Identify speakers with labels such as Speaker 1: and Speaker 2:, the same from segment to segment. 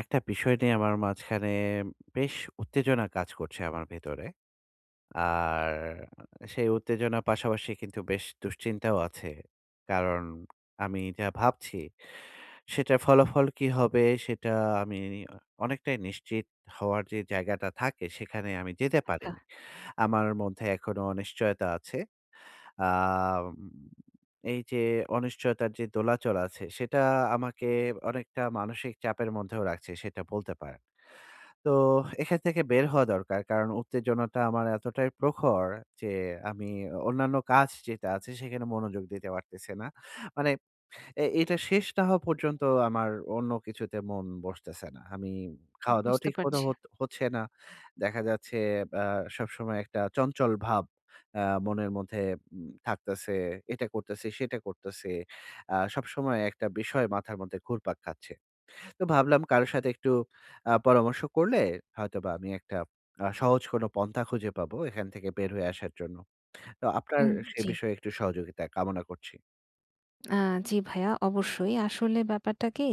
Speaker 1: একটা বিষয় নিয়ে আমার মাঝখানে বেশ উত্তেজনা কাজ করছে আমার ভেতরে। আর সেই উত্তেজনার পাশাপাশি কিন্তু বেশ দুশ্চিন্তাও আছে। কারণ আমি যা ভাবছি সেটার ফলাফল কি হবে সেটা আমি অনেকটাই নিশ্চিত হওয়ার যে জায়গাটা থাকে সেখানে আমি যেতে
Speaker 2: আচ্ছা,
Speaker 1: পারিনি। আমার মধ্যে এখনো অনিশ্চয়তা আছে। আম এই যে অনিশ্চয়তার যে দোলাচল আছে সেটা আমাকে অনেকটা মানসিক চাপের মধ্যেও রাখছে সেটা বলতে পারেন। তো এখান থেকে বের হওয়া দরকার। কারণ উত্তেজনাটা আমার এতটাই প্রখর যে আমি অন্যান্য কাজ যেটা আছে সেখানে মনোযোগ দিতে পারতেছি না। মানে এটা শেষ না হওয়া পর্যন্ত আমার অন্য কিছুতে মন বসতেছে না। আমি
Speaker 2: হুম।
Speaker 1: খাওয়া-দাওয়া
Speaker 2: বুঝতে
Speaker 1: ঠিকমতো
Speaker 2: পারছি।
Speaker 1: হচ্ছে না। দেখা যাচ্ছে আ সবসময় একটা চঞ্চল ভাব মনের মধ্যে থাকতেছে। এটা করতেছি, সেটা করতেছি। সবসময় একটা বিষয় মাথার মধ্যে ঘুরপাক খাচ্ছে। তো ভাবলাম কারো সাথে একটু পরামর্শ করলে হয়তোবা আমি একটা সহজ কোনো পন্থা খুঁজে পাবো এখান থেকে বের হয়ে আসার জন্য। তো আপনার
Speaker 2: উম
Speaker 1: সে
Speaker 2: জি।
Speaker 1: বিষয়ে একটু সহযোগিতা কামনা করছি।
Speaker 2: আ জি ভাইয়া অবশ্যই। আসলে ব্যাপারটা কি,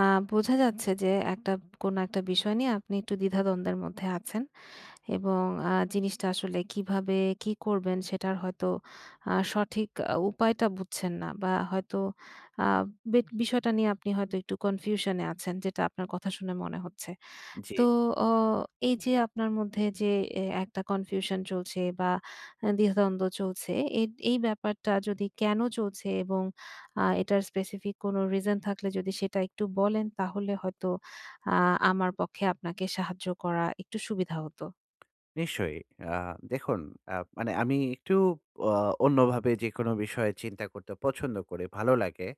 Speaker 2: আ বোঝা যাচ্ছে যে একটা কোনো একটা বিষয় নিয়ে আপনি একটু দ্বিধাদ্বন্দ্বের মধ্যে আছেন এবং জিনিসটা আসলে কিভাবে কি করবেন সেটার হয়তো সঠিক উপায়টা বুঝছেন না, বা হয়তো আ বেট বিষয়টা নিয়ে আপনি হয়তো একটু কনফিউশন এ আছেন, যেটা আপনার কথা শুনে মনে হচ্ছে।
Speaker 1: জি।
Speaker 2: তো অ এই যে আপনার মধ্যে যে একটা কনফিউশন চলছে বা দ্বিধাদ্বন্দ্ব চলছে, এই এই ব্যাপারটা যদি কেন চলছে এবং এটার স্পেসিফিক কোনো রিজন থাকলে যদি সেটা একটু বলেন, তাহলে হয়তো আ আমার পক্ষে আপনাকে সাহায্য করা একটু সুবিধা হতো।
Speaker 1: নিশ্চয়ই। আ দেখুন, মানে আমি একটু অ অন্যভাবে যেকোনো বিষয়ে চিন্তা করতে পছন্দ করি, ভালো লাগে।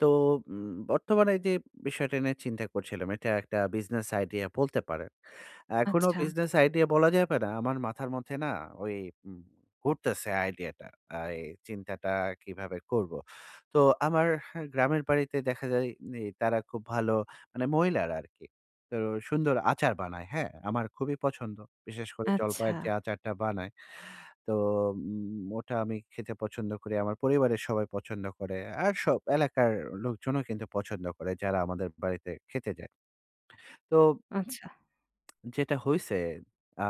Speaker 1: তো বর্তমানে যে বিষয়টা নিয়ে চিন্তা করছিলাম, এটা একটা বিজনেস আইডিয়া বলতে পারেন। এখনো
Speaker 2: আচ্ছা,
Speaker 1: বিজনেস আইডিয়া বলা যাবে না। আমার মাথার মধ্যে না ওই উম ঘুরতেছে আইডিয়াটা। এই চিন্তাটা কিভাবে করব। তো আমার হ্যাঁ, গ্রামের বাড়িতে দেখা যায় তারা খুব ভালো মানে মহিলারা আরকি। তো সুন্দর আচার বানায়, হ্যাঁ? আমার খুবই পছন্দ। বিশেষ করে
Speaker 2: আচ্ছা,
Speaker 1: জলপাইয়ের যে আচারটা বানায়, তো ওটা আমি খেতে পছন্দ করি। আমার পরিবারের সবাই পছন্দ করে। আর সব এলাকার লোকজনও কিন্তু পছন্দ করে যারা আমাদের বাড়িতে খেতে যায়। তো
Speaker 2: আচ্ছা।
Speaker 1: যেটা হইছে, আ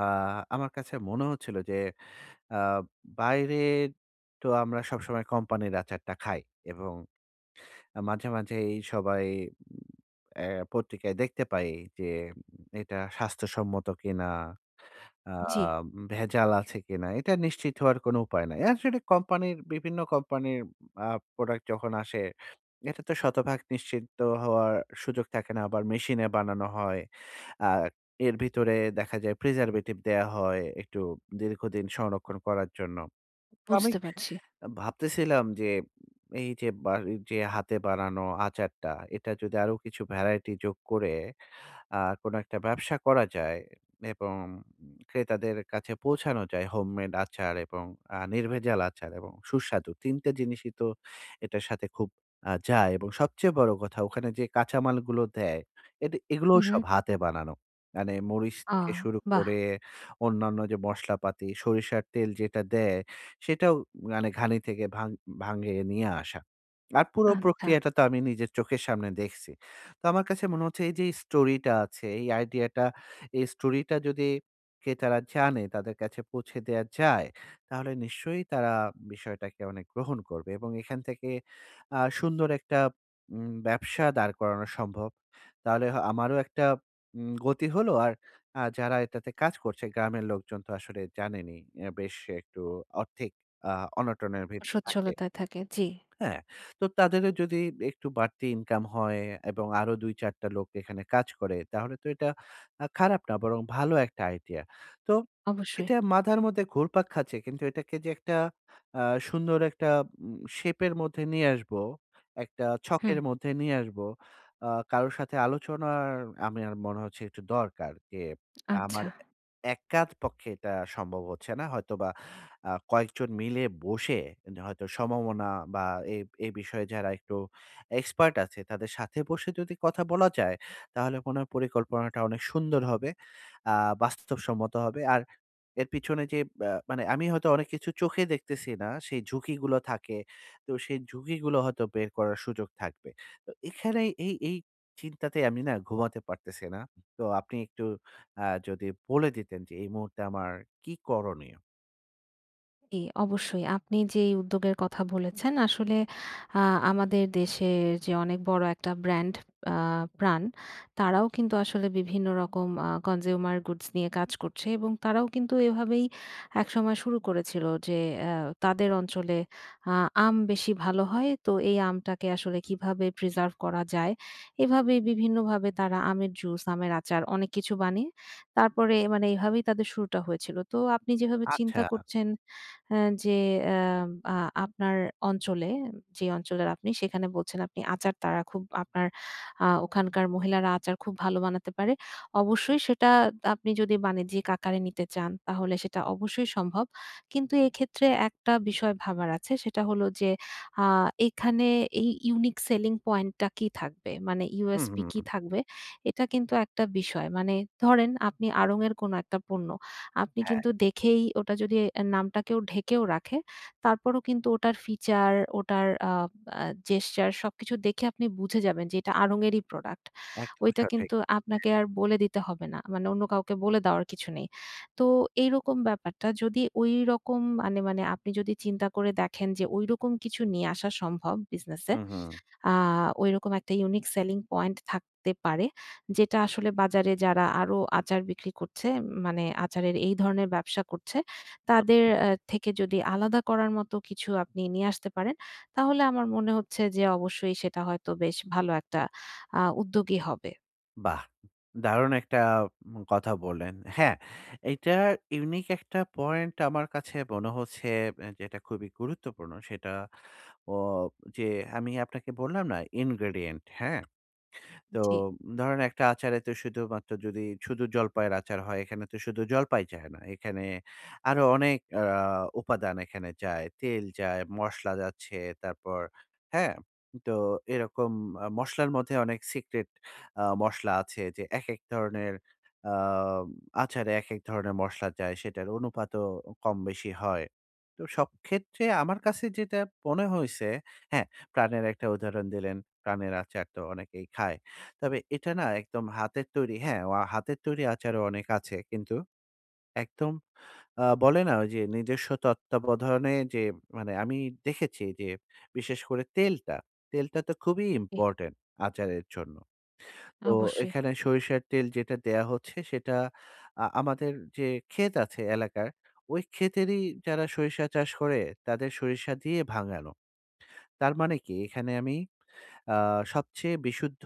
Speaker 1: আমার কাছে মনে হচ্ছিল যে আ বাইরে তো আমরা সবসময় কোম্পানির আচারটা খাই এবং মাঝে মাঝেই সবাই উম অ্যা পত্রিকায় দেখতে পাই যে এটা স্বাস্থ্যসম্মত কিনা, আ
Speaker 2: জি,
Speaker 1: ভেজাল আছে কিনা এটা নিশ্চিত হওয়ার কোনো উপায় নাই। আসলে বিভিন্ন কোম্পানির আ প্রোডাক্ট যখন আসে, এটা তো শতভাগ নিশ্চিত হওয়ার সুযোগ থাকে না। আবার মেশিনে বানানো হয়। আ এর ভিতরে দেখা যায় প্রিজারভেটিভ দেয়া হয় একটু দীর্ঘদিন সংরক্ষণ করার জন্য। তো আমি
Speaker 2: বুঝতে পারছি।
Speaker 1: ভাবতেছিলাম যে এই যে বাড়ির যে হাতে বানানো আচারটা, এটা যদি আরো কিছু ভ্যারাইটি যোগ করে আ কোনো একটা ব্যবসা করা যায় এবং ক্রেতাদের কাছে পৌঁছানো যায় হোমমেড আচার এবং নির্ভেজাল আচার এবং সুস্বাদু। ৩ টে জিনিসই তো এটার সাথে খুব যায় এবং সবচেয়ে বড় কথা ওখানে যে কাঁচামালগুলো দেয়, এগুলোও
Speaker 2: হুম, হুম।
Speaker 1: সব হাতে বানানো। মানে মরিচ
Speaker 2: আ
Speaker 1: থেকে শুরু
Speaker 2: বাহ!
Speaker 1: করে অন্যান্য যে মশলাপাতি, সরিষার তেল যেটা দেয়, সেটাও মানে ঘানি থেকে ভাঙিয়ে নিয়ে আসা। আর পুরো
Speaker 2: আচ্ছা।
Speaker 1: প্রক্রিয়াটা তো আমি নিজের চোখের সামনে দেখছি। তো আমার কাছে মনে হচ্ছে এই যে স্টোরিটা আছে, এই আইডিয়াটা, এই স্টোরিটা যদি ক্রেতারা জানে, তাদের কাছে পৌঁছে দেয়া যায়, তাহলে নিশ্চয়ই তারা বিষয়টাকে অনেক গ্রহণ করবে এবং এখান থেকে সুন্দর একটা ব্যবসা দাঁড় করানো সম্ভব। তাহলে আমারও একটা গতি হলো আর যারা এটাতে কাজ করছে, গ্রামের লোকজন তো আসলে জানেনই, বেশ একটু আর্থিক আ অনটনের ভিতর থাকে।
Speaker 2: সচ্ছলতায় থাকে। জি,
Speaker 1: হ্যাঁ, তো তাদেরও যদি একটু বাড়তি ইনকাম হয় এবং আরো ২-৪ টা লোক এখানে কাজ করে তাহলে তো এটা খারাপ না বরং ভালো একটা আইডিয়া। তো
Speaker 2: অবশ্যই।
Speaker 1: এটা মাথার মধ্যে ঘুরপাক খাচ্ছে কিন্তু এটাকে যে একটা আ সুন্দর একটা শেপের মধ্যে নিয়ে আসবো, একটা
Speaker 2: হুম,
Speaker 1: ছকের মধ্যে নিয়ে আসবো, কারো সাথে আলোচনার আমার মনে হচ্ছে একটু দরকার যে আমার
Speaker 2: আচ্ছা।
Speaker 1: একার পক্ষে এটা সম্ভব হচ্ছে না। হয়তোবা কয়েকজন মিলে বসে হয়তো সমমনা বা এ এই বিষয়ে যারা একটু এক্সপার্ট আছে তাদের সাথে বসে যদি কথা বলা যায়, তাহলে মনে হয় পরিকল্পনাটা অনেক সুন্দর হবে। আ বাস্তবসম্মত হবে। আর এর পিছনে যে মানে আমি হয়তো অনেক কিছু চোখে দেখতেছি না, সেই ঝুঁকিগুলো থাকে। তো সেই ঝুঁকিগুলো হয়তো বের করার সুযোগ থাকবে। তো এখানেই এই চিন্তাতে আমি না ঘুমাতে পারতেছি না। তো আপনি একটু যদি বলে দিতেন যে এই মুহূর্তে আমার কি করণীয়?
Speaker 2: জি, অবশ্যই। আপনি যেই উদ্যোগের কথা বলেছেন, আসলে আ আমাদের দেশের যে অনেক বড় একটা ব্র্যান্ড আ প্রাণ, তারাও কিন্তু আসলে বিভিন্ন রকম কনজিউমার গুডস নিয়ে কাজ করছে এবং তারাও কিন্তু এভাবেই একসময় শুরু করেছিল যে আ তাদের অঞ্চলে আ আম বেশি ভালো হয়। তো এই আমটাকে আসলে কিভাবে প্রিজার্ভ করা যায়? এভাবেই বিভিন্নভাবে তারা আমের জুস, আমের আচার অনেক কিছু বানিয়ে, তারপরে মানে এভাবেই তাদের শুরুটা হয়েছিল। তো আপনি যেভাবে
Speaker 1: আচ্ছা।
Speaker 2: চিন্তা করছেন, অ্যা যে অ্যা আ আপনার অঞ্চলে, যে অঞ্চলের আপনি সেখানে বলছেন, আপনি আচার, তারা খুব আপনার ওখানকার মহিলারা আচার খুব ভালো বানাতে পারে। অবশ্যই সেটা আপনি যদি বাণিজ্যিক আকারে নিতে চান, তাহলে সেটা অবশ্যই সম্ভব। কিন্তু এক্ষেত্রে একটা বিষয় ভাবার আছে, সেটা হলো যে আ এখানে এই ইউনিক সেলিং পয়েন্ট টা কি থাকবে? মানে
Speaker 1: হুম,
Speaker 2: USP
Speaker 1: হুম,
Speaker 2: কি
Speaker 1: হুম।
Speaker 2: থাকবে? এটা কিন্তু একটা বিষয়। মানে ধরেন, আপনি আড়ং এর কোনো একটা পণ্য, আপনি কিন্তু দেখেই, ওটা যদি এ নামটা কেউ ঢেকেও রাখে, তারপরও কিন্তু ওটার ফিচার, ওটার আ আ জেসচার সবকিছু দেখে আপনি বুঝে যাবেন যে এটা আড়ং-এরই প্রোডাক্ট।
Speaker 1: একদম
Speaker 2: ওইটা
Speaker 1: সঠিক।
Speaker 2: কিন্তু আপনাকে আর বলে দিতে হবে না। মানে অন্য কাউকে বলে দেওয়ার কিছু নেই। তো এইরকম ব্যাপারটা যদি ঐরকম, মানে মানে আপনি যদি চিন্তা করে দেখেন যে ঐরকম কিছু নিয়ে আসা সম্ভব বিজনেসে,
Speaker 1: হুম, হুম।
Speaker 2: আ ঐরকম একটা ইউনিক সেলিং পয়েন্ট থাকতে পারে, যেটা আসলে বাজারে যারা আরো আচার বিক্রি করছে, মানে আচারের এই ধরনের ব্যবসা করছে, তাদের থেকে যদি আলাদা করার মতো কিছু আপনি নিয়ে আসতে পারেন, তাহলে আমার মনে হচ্ছে যে অবশ্যই সেটা হয়তো বেশ ভালো একটা উদ্যোগই হবে।
Speaker 1: বাহ! দারুণ একটা কথা বললেন। হ্যাঁ, এইটার ইউনিক একটা পয়েন্ট আমার কাছে মনে হচ্ছে যেটা খুবই গুরুত্বপূর্ণ সেটা অ যে আমি আপনাকে বললাম না ইনগ্রেডিয়েন্ট, হ্যাঁ? তো
Speaker 2: জি,
Speaker 1: ধরেন একটা আচারে তো শুধুমাত্র যদি শুধু জলপাইয়ের আচার হয়, এখানে তো শুধু জলপাই যায় না। এখানে আরো অনেক উপাদান এখানে যায়। তেল যায়, মসলা যাচ্ছে, তারপর হ্যাঁ? তো এরকম মসলার মধ্যে অনেক সিক্রেট মসলা আছে যে একেক ধরনের আ আচারে একেক ধরনের মসলা যায়, সেটার অনুপাতও কম বেশি হয়। তো সব ক্ষেত্রে আমার কাছে যেটা মনে হইছে হ্যাঁ, প্রাণের একটা উদাহরণ দিলেন। প্রাণের আচার তো অনেকেই খায়। তবে এটা না একদম হাতের তৈরি হ্যাঁ, হাতের তৈরি আচারও অনেক আছে। কিন্তু একদম বলে না ওই যে নিজস্ব তত্ত্বাবধানে যে মানে আমি দেখেছি যে বিশেষ করে তেলটা, তেলটা তো খুবই
Speaker 2: জি,
Speaker 1: ইম্পোর্টেন্ট আচারের জন্য। তো
Speaker 2: অবশ্যই।
Speaker 1: এখানে সরিষার তেল যেটা দেয়া হচ্ছে সেটা আমাদের যে ক্ষেত আছে এলাকার, ওই ক্ষেতেরই যারা সরিষা চাষ করে তাদের সরিষা দিয়ে ভাঙানো। তার মানে কি এখানে আমি আ সবচেয়ে বিশুদ্ধ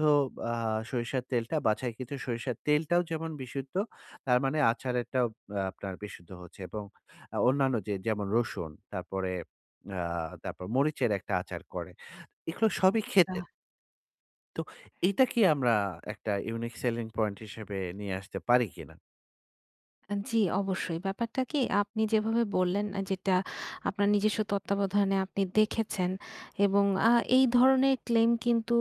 Speaker 1: আ সরিষার তেলটা বাছাইকৃত সরিষার তেলটাও যেমন বিশুদ্ধ, তার মানে আচারেরটাও আপনার বিশুদ্ধ হচ্ছে এবং অন্যান্য যে যেমন রসুন, তারপরে আ তারপর মরিচের একটা আচার করে। এগুলো সবই
Speaker 2: আ
Speaker 1: ক্ষেতের। তো এটা কি আমরা একটা ইউনিক সেলিং পয়েন্ট হিসেবে নিয়ে আসতে পারি কিনা?
Speaker 2: আ জি, অবশ্যই। ব্যাপারটা কি, আপনি যেভাবে বললেন, যেটা আপনার নিজস্ব তত্ত্বাবধানে আপনি দেখেছেন, এবং এই ধরনের ক্লেইম কিন্তু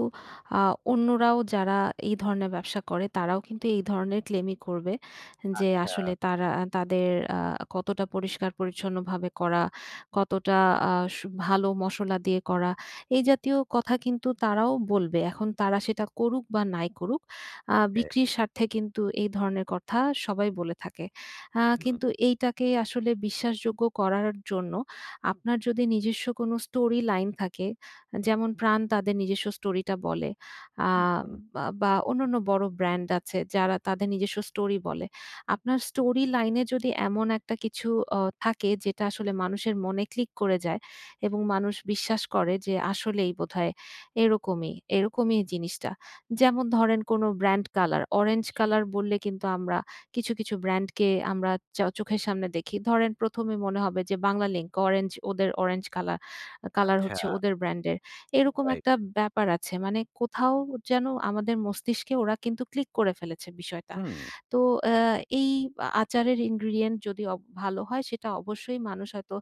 Speaker 2: আ অন্যরাও যারা এই ধরনের ব্যবসা করে, তারাও কিন্তু এই ধরনের ক্লেইমই করবে। যে
Speaker 1: আচ্ছা,
Speaker 2: আসলে তারা তাদের আ কতটা পরিষ্কার-পরিচ্ছন্নভাবে করা, কতটা আ সু ভালো মসলা দিয়ে করা, এই জাতীয় কথা কিন্তু তারাও বলবে। এখন তারা সেটা করুক বা নাই করুক,
Speaker 1: ওকে।
Speaker 2: বিক্রির স্বার্থে কিন্তু এই ধরনের কথা সবাই বলে থাকে।
Speaker 1: হুম,
Speaker 2: কিন্তু এইটাকে আসলে বিশ্বাসযোগ্য করার জন্য আপনার যদি নিজস্ব কোনো স্টোরি লাইন থাকে, যেমন প্রাণ তাদের নিজস্ব স্টোরিটা বলে। আ
Speaker 1: হুম,
Speaker 2: বা বা অন্যান্য বড় ব্র্যান্ড আছে যারা তাদের নিজস্ব স্টোরি বলে। আপনার স্টোরি লাইনে যদি এমন একটা কিছু থাকে যেটা আসলে মানুষের মনে ক্লিক করে যায় এবং মানুষ বিশ্বাস করে যে আসলেই বোধহয় এরকমই, এরকমই জিনিসটা। যেমন ধরেন কোনো ব্র্যান্ড কালার, অরেঞ্জ কালার বললে কিন্তু আমরা কিছু, কিছু ব্র্যান্ডকে আমরা চোখের সামনে দেখি। ধরেন ১ম এ মনে হবে যে বাংলালিংক, ওদের অরেঞ্জ কালার কালার
Speaker 1: আচ্ছা,
Speaker 2: হচ্ছে ওদের ব্র্যান্ডের। এরকম
Speaker 1: রাইট।
Speaker 2: একটা ব্যাপার আছে। মানে কোথাও যেন আমাদের মস্তিষ্কে ওরা কিন্তু ক্লিক করে ফেলেছে বিষয়টা।
Speaker 1: হুম,
Speaker 2: তো আ এই আচারের ইনগ্রিডিয়েন্ট যদি ভালো হয়, সেটা অবশ্যই মানুষ হয়তো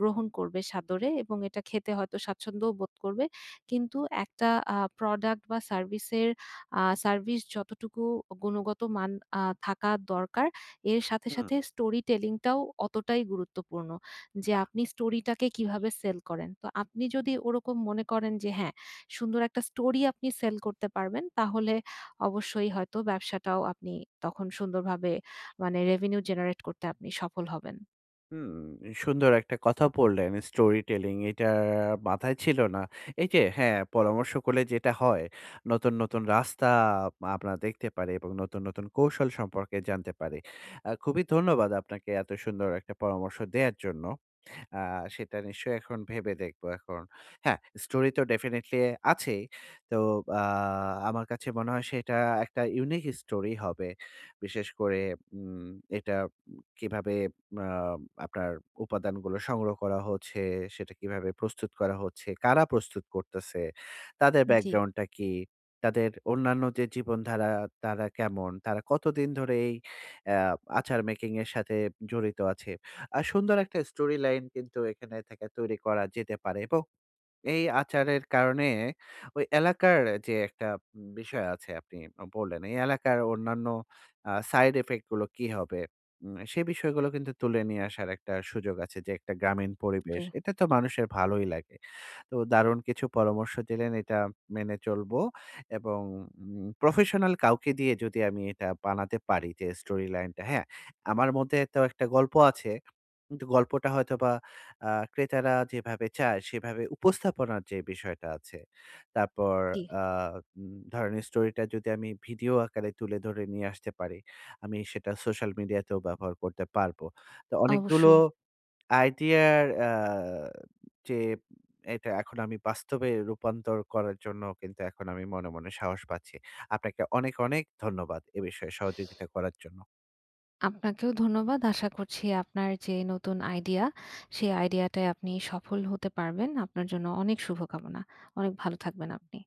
Speaker 2: গ্রহণ করবে সাদরে এবং এটা খেতে হয়তো স্বাচ্ছন্দ্যও বোধ করবে। কিন্তু একটা প্রোডাক্ট বা সার্ভিস যতটুকু গুণগত মান থাকা দরকার, এর সাথে,
Speaker 1: হুম।
Speaker 2: সাথে স্টোরি টেলিং টাও অতটাই গুরুত্বপূর্ণ। যে আপনি স্টোরিটাকে কিভাবে সেল করেন। তো আপনি যদি ওরকম মনে করেন যে হ্যাঁ, সুন্দর একটা স্টোরি আপনি সেল করতে পারবেন, তাহলে অবশ্যই হয়তো ব্যবসাটাও আপনি তখন সুন্দরভাবে, মানে রেভিনিউ জেনারেট করতে আপনি সফল হবেন।
Speaker 1: হুম, সুন্দর একটা কথা বললেন স্টোরি টেলিং, এটা মাথায় ছিল না। এই যে হ্যাঁ, পরামর্শ করলে যেটা হয় নতুন, নতুন রাস্তা আমরা দেখতে পারি এবং নতুন, নতুন কৌশল সম্পর্কে জানতে পারি। খুবই ধন্যবাদ আপনাকে এত সুন্দর একটা পরামর্শ দেয়ার জন্য। আ সেটা নিশ্চয়ই এখন ভেবে দেখব এখন। হ্যাঁ, স্টোরি তো ডেফিনিটলি আছেই। তো আ আমার কাছে মনে হয় সেটা একটা ইউনিক স্টোরি হবে। বিশেষ করে উম এটা কিভাবে আ আপনার উপাদানগুলো সংগ্রহ করা হচ্ছে, সেটা কিভাবে প্রস্তুত করা হচ্ছে, কারা প্রস্তুত করতেছে, তাদের
Speaker 2: জি,
Speaker 1: ব্যাকগ্রাউন্ডটা কি, তাদের অন্যান্য যে জীবনধারা তারা কেমন, তারা কতদিন ধরে এই আ আচার মেকিং এর সাথে জড়িত আছে। সুন্দর একটা স্টোরি লাইন কিন্তু এখানে থেকে তৈরি করা যেতে পারে এবং এই আচারের কারণে ওই এলাকার যে একটা বিষয় আছে আপনি বললেন, এই এলাকার অন্যান্য সাইড ইফেক্ট গুলো কি হবে? সেই বিষয়গুলো কিন্তু তুলে নিয়ে আসার একটা সুযোগ আছে যে একটা গ্রামীণ
Speaker 2: জি।
Speaker 1: পরিবেশ। এটা তো মানুষের ভালোই লাগে। তো দারুণ কিছু পরামর্শ দিলেন, এটা মেনে চলবো এবং প্রফেশনাল কাউকে দিয়ে যদি আমি এটা বানাতে পারি যে স্টোরি লাইনটা, হ্যাঁ? আমার মধ্যে তো একটা গল্প আছে কিন্তু গল্পটা হয়তোবা ক্রেতারা যেভাবে চায় সেভাবে উপস্থাপনার যে বিষয়টা আছে, তারপর
Speaker 2: জি,
Speaker 1: আ ধরেন স্টোরিটা যদি আমি ভিডিও আকারে তুলে ধরে নিয়ে আসতে পারি, আমি সেটা সোশ্যাল মিডিয়াতেও ব্যবহার করতে পারবো। তো অনেকগুলো
Speaker 2: অবশ্যই।
Speaker 1: আইডিয়ার যে এটা এখন আমি বাস্তবে রূপান্তর করার জন্য কিন্তু এখন আমি মনে মনে সাহস পাচ্ছি। আপনাকে অনেক, অনেক ধন্যবাদ এ বিষয়ে সহযোগিতা করার জন্য।
Speaker 2: আপনাকেও ধন্যবাদ। আশা করছি আপনার যে নতুন আইডিয়া, সেই আইডিয়াটায় আপনি সফল হতে পারবেন। আপনার জন্য অনেক শুভকামনা। অনেক ভালো থাকবেন আপনি।